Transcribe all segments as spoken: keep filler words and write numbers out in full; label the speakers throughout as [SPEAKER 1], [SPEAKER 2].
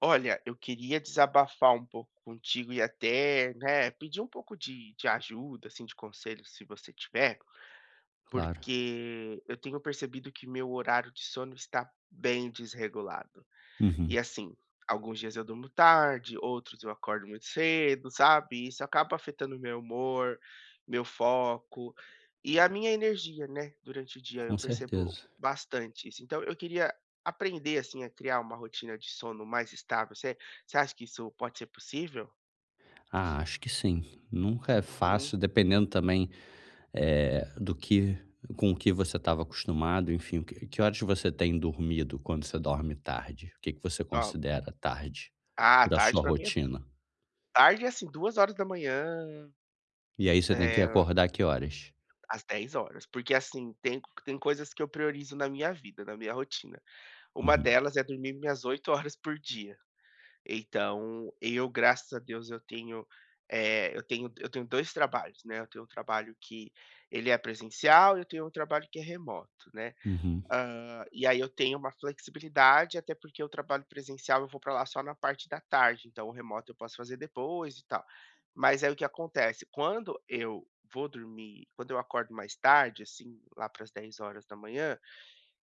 [SPEAKER 1] Olha, eu queria desabafar um pouco contigo e até, né, pedir um pouco de, de ajuda, assim, de conselho, se você tiver,
[SPEAKER 2] Claro.
[SPEAKER 1] porque eu tenho percebido que meu horário de sono está bem desregulado. E
[SPEAKER 2] Uhum,
[SPEAKER 1] assim, alguns dias eu durmo tarde, outros eu acordo muito cedo, sabe? Isso acaba afetando meu humor, meu foco e a minha energia, né? Durante o dia eu
[SPEAKER 2] com
[SPEAKER 1] percebo
[SPEAKER 2] certeza.
[SPEAKER 1] bastante isso. Então eu queria aprender assim a criar uma rotina de sono mais estável. Você, você acha que isso pode ser possível?
[SPEAKER 2] Ah, acho que sim. Nunca é
[SPEAKER 1] Uhum.
[SPEAKER 2] fácil, dependendo também eh, do que, com o que você estava acostumado, enfim, o que, que horas você tem dormido quando você dorme tarde? O que, que você
[SPEAKER 1] Ó,
[SPEAKER 2] considera tarde
[SPEAKER 1] ah,
[SPEAKER 2] da
[SPEAKER 1] tarde
[SPEAKER 2] sua
[SPEAKER 1] pra mim é,
[SPEAKER 2] rotina?
[SPEAKER 1] tarde é, assim, duas horas da manhã.
[SPEAKER 2] E aí você tem que
[SPEAKER 1] É,
[SPEAKER 2] acordar que horas?
[SPEAKER 1] às dez horas, porque assim tem, tem coisas que eu priorizo na minha vida, na minha rotina. Uma
[SPEAKER 2] Uhum.
[SPEAKER 1] delas é dormir minhas oito horas por dia. Então, eu, graças a Deus, eu tenho, eh, eu tenho eu tenho dois trabalhos, né. Eu tenho um trabalho que ele é presencial e eu tenho um trabalho que é remoto, né.
[SPEAKER 2] Uhum.
[SPEAKER 1] Hã, e aí eu tenho uma flexibilidade, até porque o trabalho presencial eu vou para lá só na parte da tarde, então o remoto eu posso fazer depois e tal. Mas aí o que acontece, quando eu vou dormir quando eu acordo mais tarde, assim, lá para as dez horas da manhã.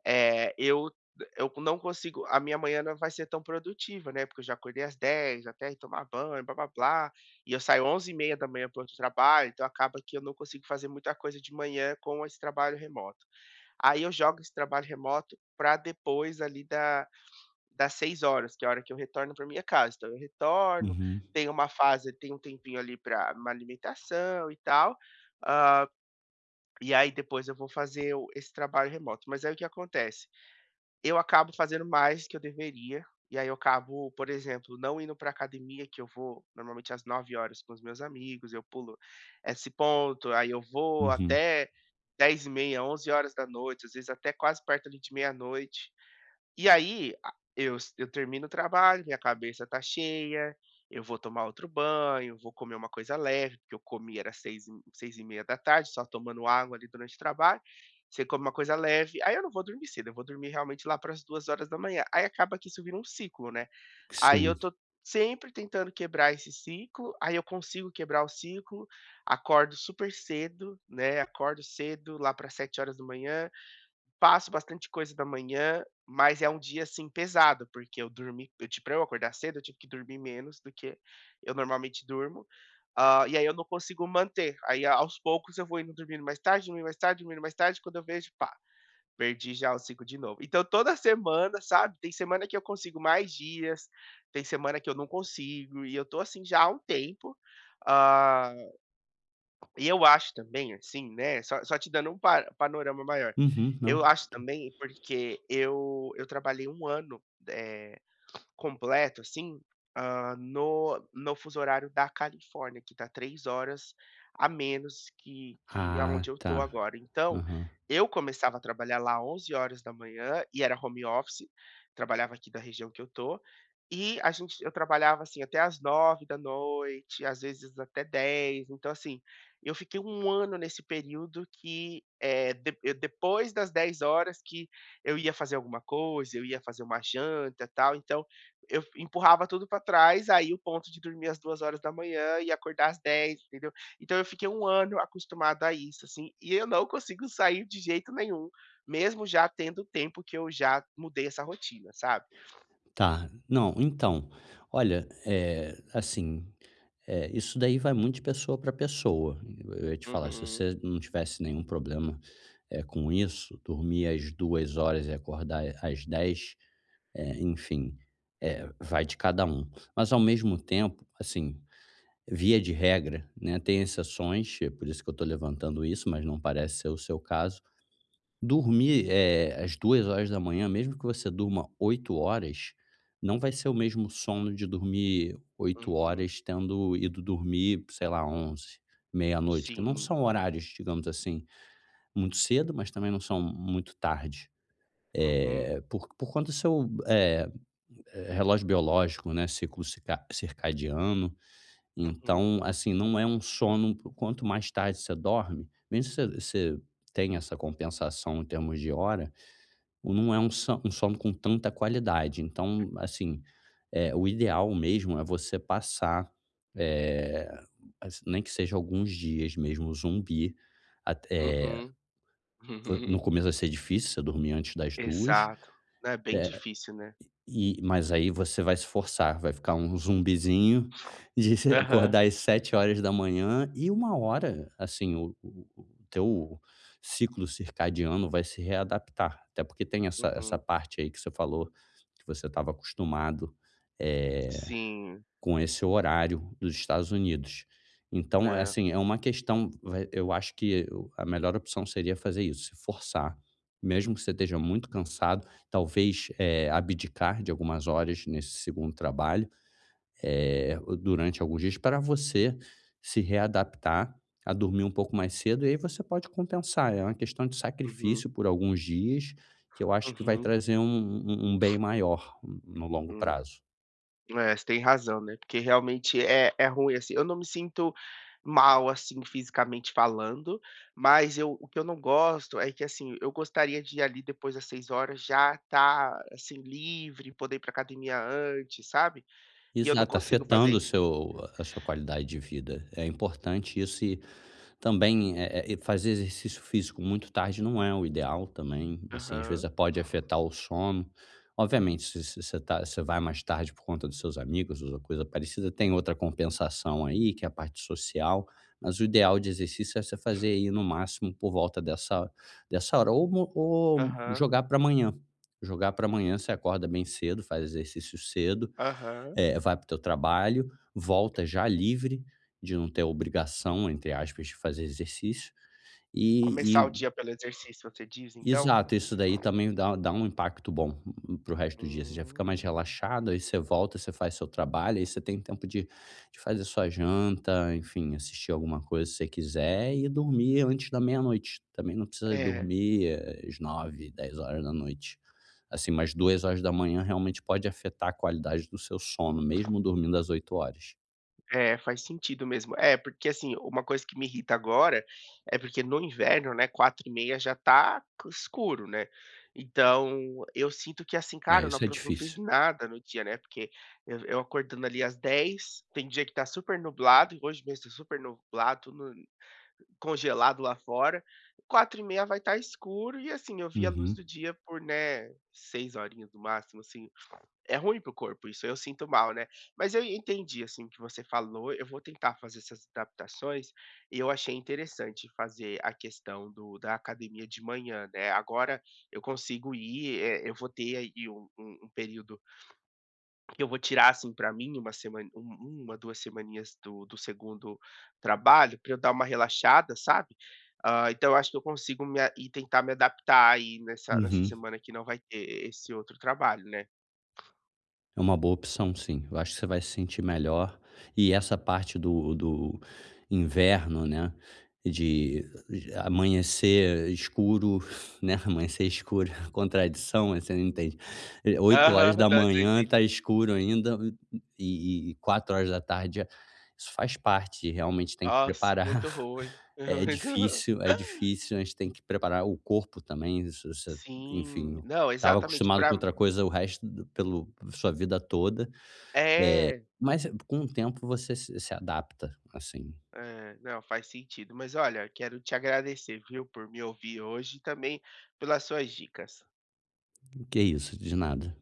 [SPEAKER 1] Eh, eu eu não consigo, a minha manhã não vai ser tão produtiva, né, porque eu já acordei às dez, até ir tomar banho, blá-blá-blá, e eu saio onze e meia da manhã para outro trabalho, então acaba que eu não consigo fazer muita coisa de manhã com esse trabalho remoto. Aí eu jogo esse trabalho remoto para depois ali da das seis horas, que é a hora que eu retorno para minha casa. Então eu retorno,
[SPEAKER 2] Uhum.
[SPEAKER 1] tenho uma fase tenho um tempinho ali para uma alimentação e tal. hã, e aí depois eu vou fazer o esse trabalho remoto. Mas aí o que acontece? Eu acabo fazendo mais que eu deveria, e aí eu acabo, por exemplo, não indo para academia, que eu vou normalmente às nove horas com os meus amigos. Eu pulo esse ponto, aí eu vou
[SPEAKER 2] Uhum.
[SPEAKER 1] até dez e meia, onze horas da noite, às vezes até quase perto ali de meia-noite. E aí, a eu s eu termino o trabalho, minha cabeça tá cheia, eu vou tomar outro banho, vou comer uma coisa leve, porque eu comi era seis e seis e meia da tarde, só tomando água ali durante o trabalho. Você come uma coisa leve, aí eu não vou dormir cedo, eu vou dormir realmente lá para as duas horas da manhã. Aí acaba que isso vira um ciclo, né. Aí eu
[SPEAKER 2] Sim.
[SPEAKER 1] tô sempre tentando quebrar esse ciclo, aí eu consigo quebrar o ciclo, acordo super cedo, né, acordo cedo lá para sete horas da manhã. Faço bastante coisa da manhã, mas é um dia, assim, pesado, porque eu dormi eu ti pra eu acordar cedo, eu tive que dormir menos do que eu normalmente durmo. Hã, e aí eu não consigo manter. Aí, aos poucos, eu vou indo dormindo mais tarde, dormindo mais tarde, dormindo mais tarde, quando eu vejo, pá, perdi já o ciclo de novo. Então toda semana, sabe, tem semana que eu consigo mais dias, tem semana que eu não consigo, e eu tô assim já há um tempo. ah, e eu acho também, assim, né, só só te dando um pa panorama maior.
[SPEAKER 2] Uhum,
[SPEAKER 1] Eu
[SPEAKER 2] não.
[SPEAKER 1] acho também porque eu eu trabalhei um ano eh completo, assim. hã, no no fuso horário da Califórnia, que tá três horas a menos que que
[SPEAKER 2] Ah,
[SPEAKER 1] aonde eu tô
[SPEAKER 2] tá.
[SPEAKER 1] agora. Então,
[SPEAKER 2] Aham.
[SPEAKER 1] eu começava a trabalhar lá onze horas da manhã e era home office, trabalhava aqui da região que eu tô, e a gente eu trabalhava, assim, até às nove da noite, às vezes até dez. Então, assim, eu fiquei um ano nesse período que, eh, de eu- depois das dez horas, que eu ia fazer alguma coisa, eu ia fazer uma janta, tal, então eu empurrava tudo pra trás, aí o ponto de dormir às duas horas da manhã e acordar às dez, entendeu. Então eu fiquei um ano acostumado a isso, assim, e eu não consigo sair de jeito nenhum, mesmo já tendo o tempo que eu já mudei essa rotina, sabe.
[SPEAKER 2] Tá. Não, então, olha, é assim, é isso daí vai muito de pessoa para pessoa. Eu ia te falar, se
[SPEAKER 1] Uhum,
[SPEAKER 2] você não tivesse nenhum problema é com isso, dormir às duas horas e acordar às dez, eh, enfim, é vai de cada um. Mas ao mesmo tempo, assim, via de regra, né, tem exceções, é por isso que eu estou levantando isso, mas não parece ser o seu caso. Dormir, eh, às duas horas da manhã, mesmo que você durma oito horas, não vai ser o mesmo sono de dormir oito
[SPEAKER 1] uhum,
[SPEAKER 2] horas tendo ido dormir, sei lá, onze, meia-noite, que não
[SPEAKER 1] sim.
[SPEAKER 2] são horários, digamos assim, muito cedo, mas também não são muito tarde.
[SPEAKER 1] Uhum,
[SPEAKER 2] Eh, por por conta do seu, eh, relógio biológico, né, ciclo cica circadiano.
[SPEAKER 1] uhum,
[SPEAKER 2] Então, assim, não é um sono quanto mais tarde você dorme, mesmo que você você tenha essa compensação em termos de hora, o não é um so um sono com tanta qualidade. Então, assim, eh, o ideal mesmo é você passar, eh, as nem que seja alguns dias mesmo zumbi, at eh,
[SPEAKER 1] uhum,
[SPEAKER 2] vo no
[SPEAKER 1] uhum.
[SPEAKER 2] começo vai ser difícil você dormir antes das duas,
[SPEAKER 1] Exato. É bem difícil, né.
[SPEAKER 2] e mas aí você vai se forçar, vai ficar um zumbizinho de
[SPEAKER 1] Aham.
[SPEAKER 2] acordar às sete horas da manhã, e uma hora, assim, o o o teu ciclo circadiano vai se readaptar, até porque tem essa essa
[SPEAKER 1] Uhum.
[SPEAKER 2] parte aí que você falou, que você estava acostumado, eh
[SPEAKER 1] Sim.
[SPEAKER 2] com esse horário dos Estados Unidos. Então, é
[SPEAKER 1] Né?
[SPEAKER 2] assim, é uma questão vai eu acho que o a melhor opção seria fazer isso, se forçar, mesmo que você esteja muito cansado, talvez, eh, abdicar de algumas horas nesse segundo trabalho, eh, durante alguns dias para você se readaptar a dormir um pouco mais cedo e aí você pode compensar. É uma questão de
[SPEAKER 1] Uhum,
[SPEAKER 2] sacrifício por alguns dias, que eu acho que vai
[SPEAKER 1] uhum,
[SPEAKER 2] trazer um um um bem maior no longo
[SPEAKER 1] hum.
[SPEAKER 2] prazo.
[SPEAKER 1] É, você tem razão, né, porque realmente é é ruim, assim. Eu não me sinto mal, assim, fisicamente falando, mas eu o que eu não gosto é que, assim, eu gostaria de ir ali depois das seis horas já estar, assim, livre, poder ir pra academia antes, sabe, e eu não
[SPEAKER 2] Exato,
[SPEAKER 1] consigo fazer
[SPEAKER 2] afetando o
[SPEAKER 1] isso.
[SPEAKER 2] seu a sua qualidade de vida. É importante isso. E também, eh eh, fazer exercício físico muito tarde não é o ideal também, assim, às
[SPEAKER 1] Aham,
[SPEAKER 2] vezes pode afetar o sono. Obviamente, se se você tá você vai mais tarde por conta dos seus amigos ou coisa parecida, tem outra compensação aí, que é a parte social, mas o ideal de exercício é você fazer aí no máximo por volta dessa dessa hora, ou mo ou
[SPEAKER 1] aham,
[SPEAKER 2] jogar para amanhã. Jogar para amanhã, você acorda bem cedo, faz exercício cedo,
[SPEAKER 1] aham.
[SPEAKER 2] é, vai para o teu trabalho, volta já livre de não ter obrigação, entre aspas, de fazer exercício.
[SPEAKER 1] Começar
[SPEAKER 2] E
[SPEAKER 1] o dia pelo exercício, você diz então?
[SPEAKER 2] exato, isso daí também dá dá um impacto bom pro resto do dia. Você já fica mais
[SPEAKER 1] Hum,
[SPEAKER 2] relaxado, aí você volta, você faz seu trabalho, aí você tem tempo de de fazer sua janta, enfim, assistir alguma coisa se você quiser, e dormir antes da meia-noite. Também não precisa
[SPEAKER 1] é.
[SPEAKER 2] dormir eh, às nove, dez horas da noite. Assim, mas duas horas da manhã realmente pode afetar a qualidade do seu sono, mesmo dormindo às oito horas.
[SPEAKER 1] É, faz sentido mesmo. É, porque assim, uma coisa que me irrita agora é porque no inverno, né, quatro e meia já tá c escuro, né. Então eu sinto que assim, cara,
[SPEAKER 2] É,
[SPEAKER 1] eu não
[SPEAKER 2] isso é
[SPEAKER 1] apro não fiz
[SPEAKER 2] difícil.
[SPEAKER 1] nada no dia, né, porque eu eu acordando ali às dez tem dia que tá super nublado, e hoje mesmo tá super nublado, tudo congelado lá fora. Quatro e meia vai estar escuro e, assim, eu vi a luz
[SPEAKER 2] Uhum.
[SPEAKER 1] do dia por, né, seis horinhas no máximo, assim. É ruim pro corpo isso, eu sinto mal, né. Mas eu entendi, assim, o que você falou. Eu vou tentar fazer essas adaptações, e eu achei interessante fazer a questão do da academia de manhã, né. Agora eu consigo ir, eh, eu vou ter aí um um um período que eu vou tirar, assim, pra mim, uma semana um uma, duas semaninhas do do segundo trabalho, pra eu dar uma relaxada, sabe. Ah, então eu acho que eu consigo me a e tentar me adaptar aí nessa nessa
[SPEAKER 2] Uhum.
[SPEAKER 1] semana que não vai ter esse outro trabalho, né.
[SPEAKER 2] É uma boa opção, sim. Eu acho que você vai se sentir melhor, e essa parte do do inverno, né, de amanhecer escuro, né, amanhecer escuro, contradição, você não entende. Eh, Oito horas
[SPEAKER 1] Aham,
[SPEAKER 2] da
[SPEAKER 1] não, eu sei.
[SPEAKER 2] manhã tá escuro ainda, e e quatro horas da tarde. Isso faz parte, realmente tem que
[SPEAKER 1] Nossa, muito
[SPEAKER 2] preparar.
[SPEAKER 1] ruim.
[SPEAKER 2] É difícil, é difícil, a gente tem que preparar o corpo também, isso você
[SPEAKER 1] Sim,
[SPEAKER 2] enfim,
[SPEAKER 1] não,
[SPEAKER 2] estava
[SPEAKER 1] exatamente.
[SPEAKER 2] acostumado com
[SPEAKER 1] Pra
[SPEAKER 2] outra coisa o resto do pelo sua vida toda,
[SPEAKER 1] É,
[SPEAKER 2] mas com o tempo você se se adapta, assim.
[SPEAKER 1] é, não, faz sentido. Mas olha, quero te agradecer, viu, por me ouvir hoje e também pelas suas dicas.
[SPEAKER 2] Que é isso, de nada.